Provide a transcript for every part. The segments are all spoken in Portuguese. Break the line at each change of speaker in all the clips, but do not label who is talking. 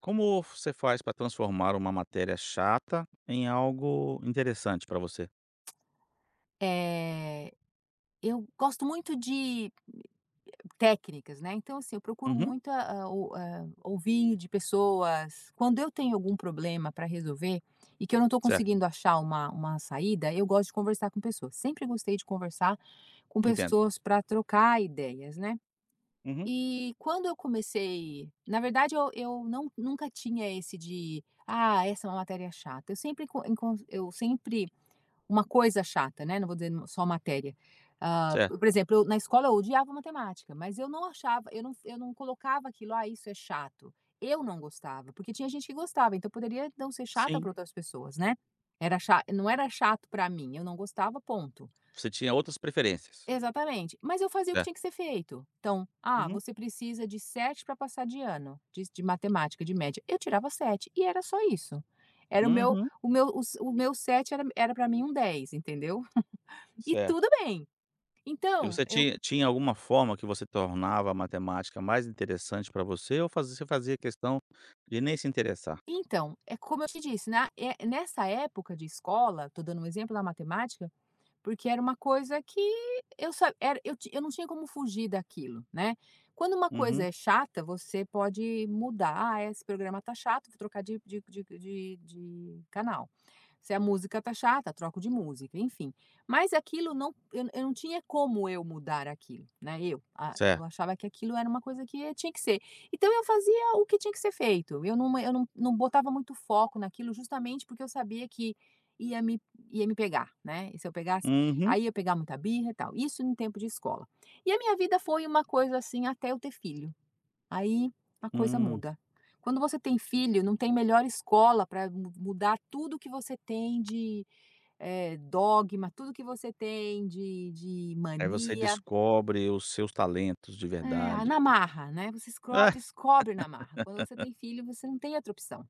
Como você faz para transformar uma matéria chata em algo interessante para você?
Eh, eu gosto muito de técnicas, né, então, assim, eu procuro
Uhum,
muito a o a ouvir de pessoas. Quando eu tenho algum problema para resolver e que eu não estou
certo,
conseguindo achar uma saída, eu gosto de conversar com pessoas. Sempre gostei de conversar com
entendo.
pessoas para trocar ideias, né.
Uhum,
E quando eu comecei, na verdade, eu nunca tinha esse de: "Ah, essa é uma matéria chata". Eu sempre encon encon eu sempre uma coisa chata, né, não vou dizer só matéria. Ah,
certo.
por exemplo, eu na escola eu odiava matemática, mas eu não achava eu não colocava aquilo: "Ah, isso é chato". Eu não gostava, porque tinha gente que gostava, então poderia não ser chata
Sim,
para outras pessoas, né. Era cha não era chato para mim, eu não gostava, ponto.
você tinha outras preferências,
Exatamente. Mas eu fazia o que tinha que
certo.
ser feito. Então: "Ah,
Uhum,
você precisa de 7 para passar de ano, de matemática, de média". Eu tirava 7 e era só isso. Era
uhum,
o meu 7 era para mim um 10, entendeu? E
certo.
tudo bem.
E
Então,
você
eu,
tinha alguma forma que você tornava a matemática mais interessante para você ou fazia você fazia questão de nem se interessar?
então, é como eu te disse, na nessa época de escola, estou dando um exemplo da matemática. Porque era uma coisa que eu sa era eu ti eu não tinha como fugir daquilo, né. Quando uma coisa
Uhum,
é chata, você pode mudar: "Ah, esse programa tá chato, vou trocar de canal". Se a música tá chata, troco de música, enfim. Mas aquilo não, eu não tinha como eu mudar aquilo, né, eu
certo.
achava que aquilo era uma coisa que tinha que ser. Então eu fazia o que tinha que ser feito, eu não não botava muito foco naquilo justamente porque eu sabia que ia me ia me pegar, né, e se eu pegasse,
Uhum,
aí eu pegava muita birra e tal, isso no tempo de escola. E a minha vida foi uma coisa assim até eu ter filho. Aí a coisa
hum.
muda. Quando você tem filho, não tem melhor escola para mudar tudo que você tem de dogma, tudo que você tem de
Aí você
mania.
descobre os seus talentos de
É,
verdade.
na marra, né?
É.
Descobre na marra. Quando você tem filho, você não tem outra opção.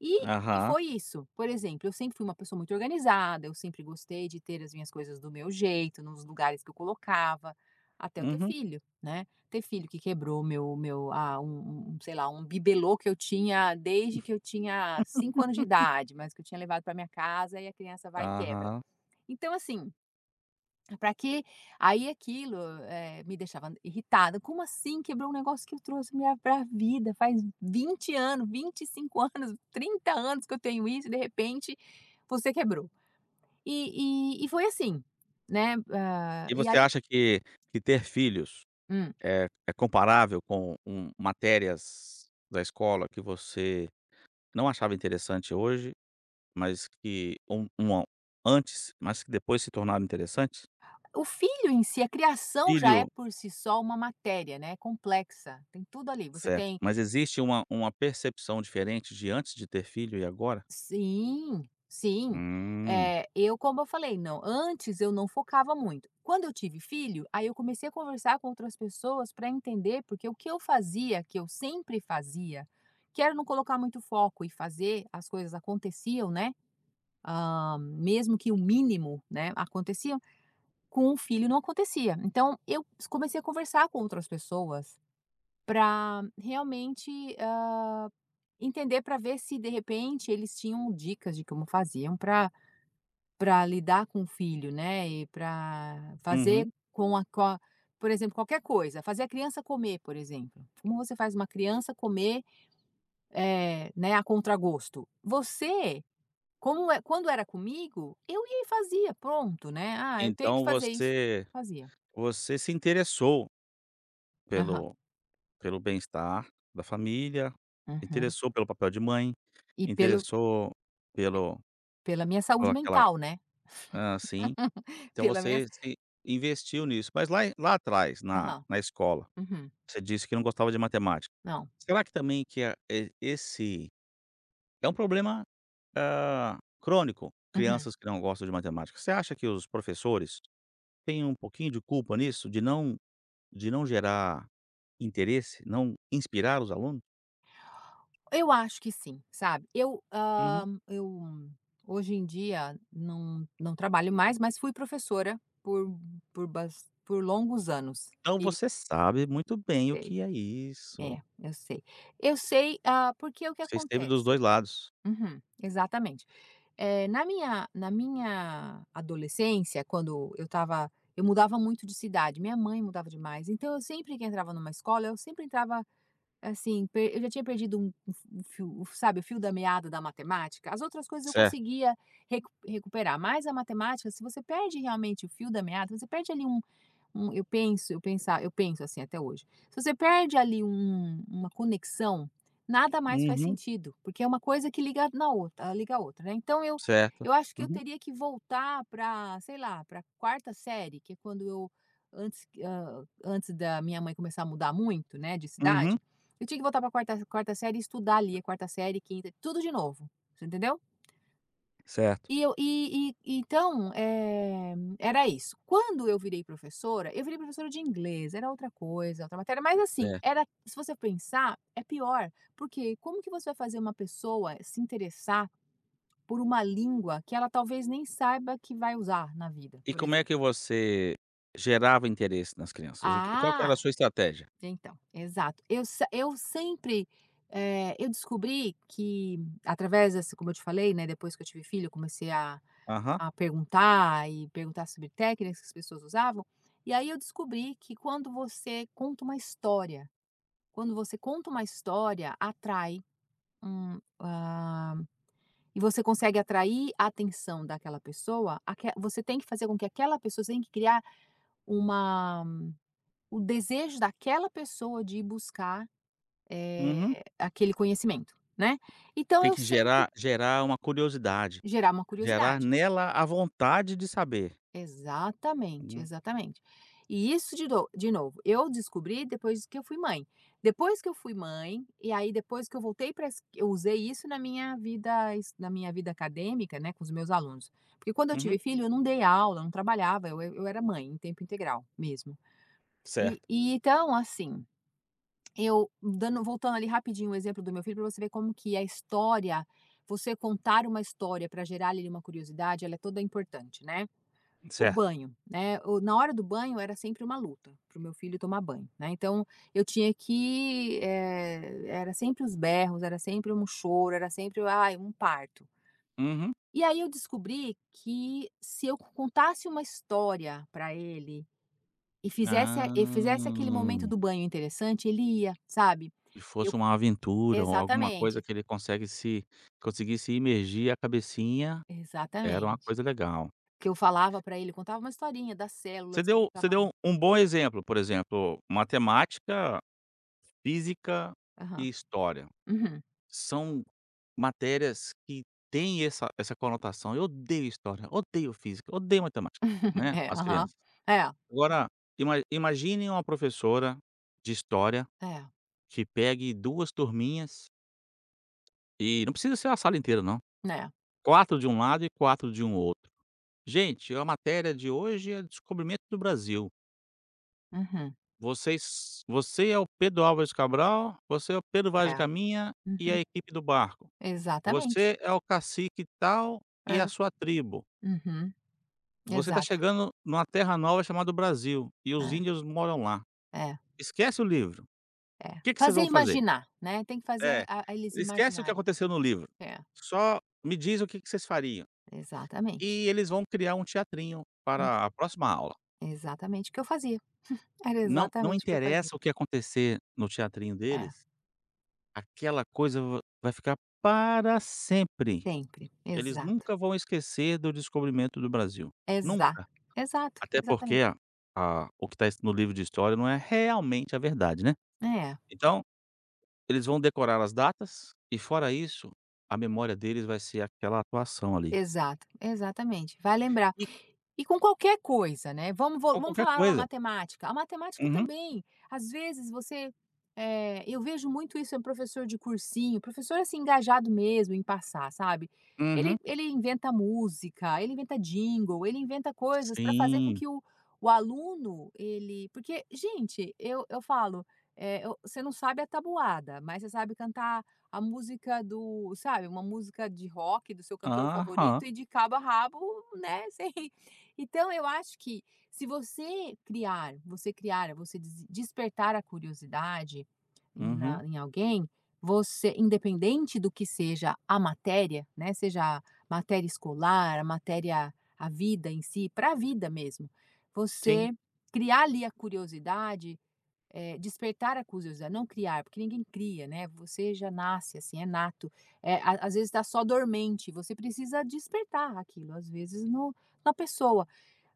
E
Aham.
foi isso. Por exemplo, eu sempre fui uma pessoa muito organizada, eu sempre gostei de ter as minhas coisas do meu jeito, nos lugares que eu colocava, até eu ter
Uhum.
filho, né. Ter filho que quebrou um sei lá, um bibelô que eu tinha desde que eu tinha 5 anos de idade, mas que eu tinha levado para minha casa e a criança vai e quebra.
Aham.
Então assim, para quê? Aí aquilo, me deixava irritada. Como assim quebrou um negócio que eu trouxe minha pra vida faz 20 anos, 25 anos, 30 anos que eu tenho isso e de repente você quebrou. E foi assim, né,
E
e
você
aí
acha que ter filhos
hum.
é comparável com um matérias da escola que você não achava interessante hoje, mas que um uma antes, mas que depois se tornaram interessantes?
O filho em si, a criação já é
Filho,
por si só uma matéria, né, complexa, tem tudo ali. Você
certo.
tem.
Mas existe uma percepção diferente de antes de ter filho e agora?
Sim, sim.
Hum.
É, eu como eu falei, não, antes eu não focava muito. Quando eu tive filho, aí eu comecei a conversar com outras pessoas para entender, porque o que eu fazia, que eu sempre fazia, que era não colocar muito foco e fazer as coisas aconteciam, né, mesmo que o mínimo, né, aconteciam, com o filho não acontecia. Então eu comecei a conversar com outras pessoas para realmente, ah, entender, para ver se, de repente, eles tinham dicas de como faziam para lidar com o filho, né, e para fazer
Uhum.
com a, por exemplo, qualquer coisa, fazer a criança comer, por exemplo. Como você faz uma criança comer, né, a contragosto? Você, como é, quando era comigo, eu ia e fazia, pronto, né. "Ah, eu tenho que
Então
fazer isso",
você
fazia.
você se interessou
Aham,
pelo pelo bem-estar da família,
uhum.
interessou pelo papel de mãe.
E pelo,
Interessou pelo
pela minha
por
saúde
aquela,
mental, né,
sim. Então
pela minha s,
você se investiu nisso. Mas lá atrás, na
aham,
na escola,
uhum.
você disse que não gostava de matemática.
Não,
Será que também que a e esse é um problema, crônico,
uhum.
crianças que não gostam de matemática. Você acha que os professores têm um pouquinho de culpa nisso, de não gerar interesse, não inspirar os alunos?
Eu acho que sim, sabe. Eu,
Uhum.
eu hoje em dia não trabalho mais, mas fui professora por bas por longos anos.
Então
E
você sabe muito bem o
sei.
que é isso.
É, eu sei. Eu sei, porque é o que
Você esteve dos
acontece.
2 lados.
Uhum, exatamente. Na minha adolescência, quando eu estava, eu mudava muito de cidade, minha mãe mudava demais, então eu sempre que entrava numa escola, eu sempre entrava assim, per eu já tinha perdido um fio, sabe, o fio da meada da matemática. As outras coisas eu conseguia recuperar, mas a matemática, se você perde realmente o fio da meada, você perde ali um, um, eu penso assim até hoje. Se você perde ali um, uma conexão, nada mais faz
Uhum,
sentido, porque é uma coisa que liga na outra, liga a outra, né. Então eu
certo.
eu acho que eu
Uhum,
teria que voltar para, sei lá, para quarta série, que é quando eu, antes, antes da minha mãe começar a mudar muito, né, de
uhum.
cidade, eu tinha que voltar para quarta série e estudar ali a 4 série, quinta, tudo de novo, você entendeu?
Certo.
E eu, e e então, era isso. Quando eu virei professora de inglês, era outra coisa, outra matéria, mas assim,
Certo.
era, se você pensar, é pior, porque como que você vai fazer uma pessoa se interessar por uma língua que ela talvez nem saiba que vai usar na vida,
E
por
como é que
exemplo?
você gerava interesse nas crianças? O que Qual que era a
Ah,
sua estratégia?
então, exato. Eu se eu sempre, eu descobri que através dessa, como eu te falei, né, depois que eu tive filho, eu comecei a
Aham,
A perguntar e perguntar sobre técnicas que as pessoas usavam. E aí eu descobri que quando você conta uma história, atrai um, e você consegue atrair a atenção daquela pessoa, você tem que fazer com que aquela pessoa, você tem que criar uma, o desejo daquela pessoa de ir buscar,
uhum.
aquele conhecimento, né? Então
Tem
eu
que
sempre
gerar uma curiosidade,
gerar uma
gerar
curiosidade.
nela a vontade de saber.
Exatamente,
Hum,
exatamente. E isso de do, de novo, eu descobri depois que eu fui mãe. Depois que eu fui mãe, e aí depois que eu voltei para, eu usei isso na minha vida es na minha vida acadêmica, né, com os meus alunos. Porque quando eu
uhum.
tive filho eu não dei aula, não trabalhava, eu era mãe em tempo integral mesmo. E
Certo,
e então assim, eu dando voltando ali rapidinho o exemplo do meu filho para você ver como que a história, você contar uma história para gerar ali uma curiosidade, ela é toda importante, né. O
certo.
banho, né, o na hora do banho era sempre uma luta para o meu filho tomar banho, né, então eu tinha que, era sempre os berros, era sempre um choro, era sempre, ai, um parto.
Uhum.
E aí eu descobri que se eu contasse uma história para ele e fizesse a
Ah,
e fizesse aquele momento do banho interessante, ele ia, sabe.
se
Eu,
fosse uma aventura ou alguma coisa
exatamente,
que ele consegue se conseguisse imergir a cabecinha, era uma
exatamente.
coisa legal.
Que eu falava para ele, contava uma historinha das
Você
células que
deu você
ficavam ali.
deu um bom exemplo, por exemplo, matemática, física
Aham.
e história.
Uhum.
São matérias que têm essa conotação. Eu odeio história, odeio física, odeio matemática, né,
É,
as
aham.
crianças.
É,
Agora, imagine uma professora de história
é.
que pegue 2 turminhas e não precisa ser a sala inteira não.
É,
4 de um lado e 4 de um outro. "Gente, a matéria de hoje é descobrimento do Brasil."
uhum,
Você é o Pedro Álvares Cabral, você é o Pedro Vaz de
é,
Caminha e a
uhum,
equipe do barco.
exatamente.
Você é o cacique tal e a
É,
sua tribo.
uhum,
Você está
exato.
chegando numa terra nova chamada Brasil e os
É,
índios moram lá.
é,
Esquece o livro. O
é.
que que vocês
Fazer
vão fazer?
imaginar, né, tem que fazer
É,
a eles
esquece o que
imaginarem.
aconteceu no livro.
É,
Só me diz o que que vocês fariam.
exatamente.
E eles vão criar um teatrinho
Hum,
para a próxima aula.
exatamente o que eu fazia, era
Não
exatamente o que eu fazia.
interessa o que acontecer no teatrinho
É,
deles. Aquela coisa va vai ficar para sempre.
sempre,
Eles
exato,
nunca vão esquecer do descobrimento do Brasil,
exa
nunca.
exato,
Até porque
exatamente.
a o que está no livro de história não é realmente a verdade, né.
É,
Então, eles vão decorar as datas e fora isso, a memória deles vai ser aquela atuação ali.
exato, exatamente, vai lembrar.
E
E com qualquer coisa, né, vamos, vo
com
vamos
qualquer
falar uma
coisa.
matemática, a matemática
Uhum,
também, às vezes você, eu vejo muito isso em professor de cursinho, professor, assim, engajado mesmo em passar, sabe.
uhum.
Ele inventa música, ele inventa jingle, ele inventa coisas para fazer com
Sim.
que o aluno, ele porque, gente, eu falo, eh, eu você não sabe a tabuada, mas você sabe cantar a música do, sabe, uma música de rock do seu cantor
Aham.
favorito e de cabo a rabo, né, sem, então eu acho que se você criar, você criar, você despertar a curiosidade em
Uhum.
na em alguém, você, independente do que seja a matéria, né, seja a matéria escolar, a matéria, a vida em si, para a vida mesmo,
Sim.
você criar ali a curiosidade, despertar a curiosidade, não criar, porque ninguém cria, né, você já nasce assim, é nato. Eh, a Às vezes está só dormente, você precisa despertar aquilo, às vezes no, na pessoa.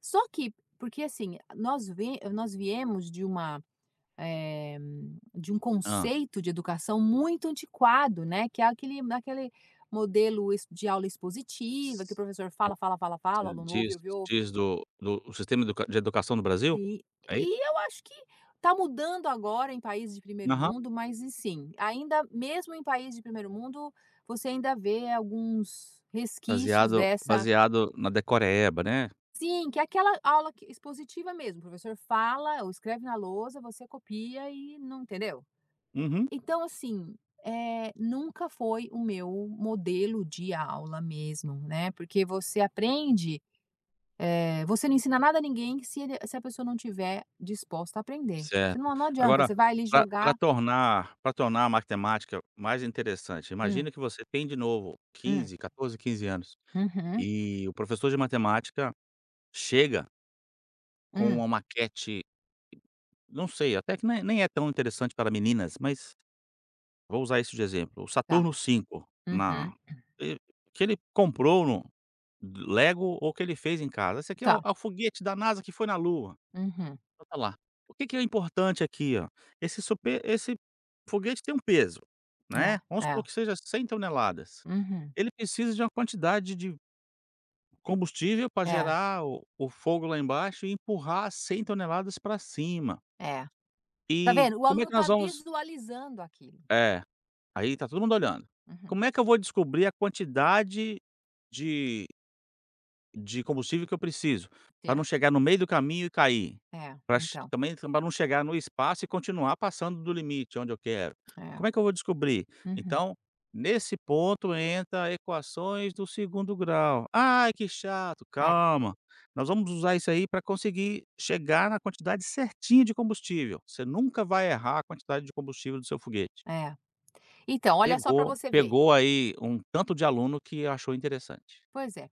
Só que, porque assim, nós vie nós viemos de uma, eh, de um
Hã.
conceito de educação muito antiquado, né, que é aquele modelo, ex de aula expositiva, que o
S
professor fala, fala, fala, fala, o
Você
aluno ouve,
diz
ouve, ouve.
diz do do o sistema educação do Brasil?
E
É isso?
e eu acho que está mudando agora em países de primeiro
Aham.
mundo, mas, e sim, ainda mesmo em países de primeiro mundo, você ainda vê alguns resquícios
Baseado
dessa.
baseado na decoreba, né.
Sim, que é aquela aula que expositiva mesmo, o professor fala ou escreve na lousa, você copia e não entendeu?
Uhum.
Então assim, nunca foi o meu modelo de aula mesmo, né, porque você aprende, você não ensina nada a ninguém se a pessoa não tiver disposta a aprender. Você
Certo.
não adianta,
Agora,
você vai ali jogar
para para tornar a matemática mais interessante,
hum,
imagina que você tem de novo
hum,
quinze 14, 15 anos,
uhum,
e o professor de matemática chega com
hum,
uma maquete, não sei, até que nem é tão interessante para meninas, mas vou usar isso de exemplo, o
tá,
Saturno cinco
uhum,
na e que ele comprou no Lego ou que ele fez em casa, "Esse aqui é o
tá,
é o foguete da NASA que foi na Lua."
uhum,
Bota lá. O que que é importante aqui, ó? Esse foguete tem um peso,
é,
né, vamos
é,
supor que seja 100 toneladas.
uhum,
Ele precisa de uma quantidade de combustível para
é,
gerar o fogo lá embaixo e empurrar 100 toneladas para cima.
é. Tá
E
vendo? O
como é
aluno
que nós
tá
vamos,
visualizando aquilo.
é, aí tá todo mundo olhando.
Uhum.
Como é que eu vou descobrir a quantidade de de combustível que eu preciso, para não
Certo.
chegar no meio do caminho e cair,
É,
para
então,
também para não chegar no espaço e continuar passando do limite onde eu quero.
é.
Como é que eu vou descobrir?
Uhum.
Então, nesse ponto entra equações do segundo grau. "Ai, que chato",
É,
calma, nós vamos usar isso aí para conseguir chegar na quantidade certinha de combustível, você nunca vai errar a quantidade de combustível do seu foguete.
é. Então, olha só para
Pegou
você ver.
pegou aí um tanto de aluno que achou interessante,
Pois é.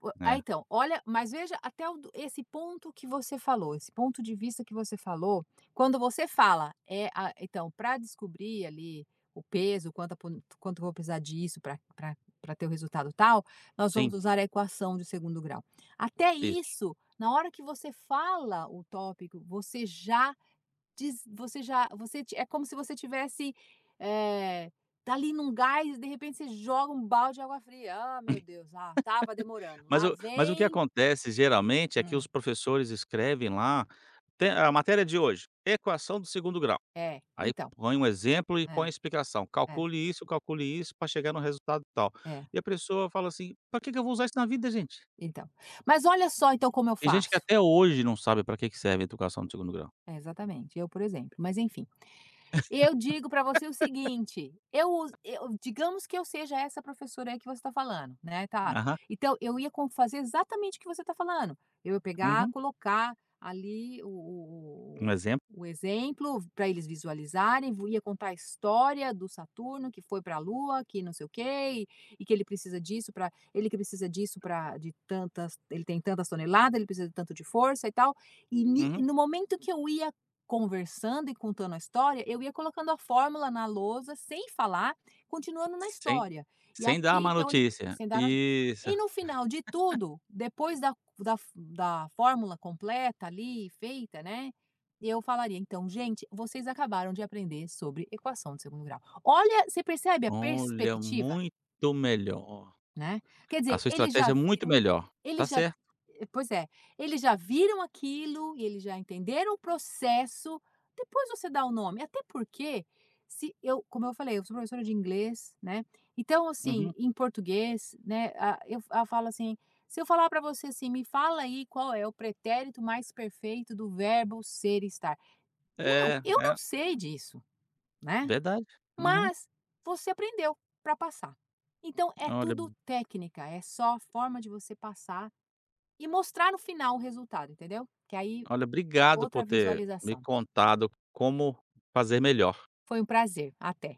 né.
Então, olha, mas veja até o do esse ponto que você falou, esse ponto de vista que você falou, quando você fala, é, ah, então, para descobrir ali o peso, quanto a po quanto eu vou precisar disso para, pra ter o resultado tal, nós vamos
Sim,
usar a equação de segundo grau. Até
isso.
isso, na hora que você fala o tópico, você já diz, você já, você ti é como se você tivesse, eh, tá ali num gás, e de repente você joga um balde de água fria. "Ah, meu Deus, ah, tava demorando.
Mas
Lá
o mas o que
vem"
acontece geralmente é que os
hum,
professores escrevem lá, tem a matéria de hoje, equação do segundo grau,
é,
aí
então,
põe um exemplo e põe
é,
a explicação,
é,
calcule isso para chegar no resultado tal.
é,
E a pessoa fala assim: "Para que que eu vou usar isso na vida, gente?".
então. Mas olha só então como eu
Tem gente que
faço.
até hoje não sabe para que que serve a educação do segundo grau.
É, exatamente, eu, por exemplo, mas enfim. Eu digo para você o seguinte, eu digamos que eu seja essa professora aí que você está falando, né, tá.
Aham,
Então eu ia com fazer exatamente o que você está falando. Eu ia pegar,
uhum,
colocar ali o
um
o o
exemplo,
exemplo para eles visualizarem, vo ia contar a história do Saturno que foi para a Lua, que não sei o quê, e que ele precisa disso para ele, que precisa disso para de tantas, ele tem tantas toneladas, ele precisa de tanto de força e tal. E ni
uhum,
e no momento que eu ia conversando e contando a história, eu ia colocando a fórmula na lousa, sem falar, continuando na
sem
história. E
sem dar
aqui,
uma
então, ele,
notícia.
sem dar nada.
Isso,
E no final de tudo, depois da fórmula completa ali, feita, né? Eu falaria, então, gente, vocês acabaram de aprender sobre equação de segundo grau. Olha, você percebe a
olha,
perspectiva?
muito melhor.
Né. Quer
A
dizer,
sua
eles já
estratégia é muito
viram,
melhor, tá
eles já,
certo,
pois é, eles já viram aquilo e eles já entenderam o processo, depois você dá o nome. Até porque, se eu, como eu falei, eu sou professora de inglês, né, então assim,
uhum.
em português, né, A eu falo assim, se eu falar para você assim: "Me fala aí qual é o pretérito mais perfeito do verbo ser e estar". Meu,
É,
eu não
é,
sei disso, né.
verdade. Uhum.
Mas você aprendeu para passar. Então é
Olha
tudo técnica, é só a forma de você passar e mostrar no final o resultado, entendeu? Que aí,
olha, obrigado
outra
por ter me
visualização.
contado como fazer melhor.
Foi um prazer. Até.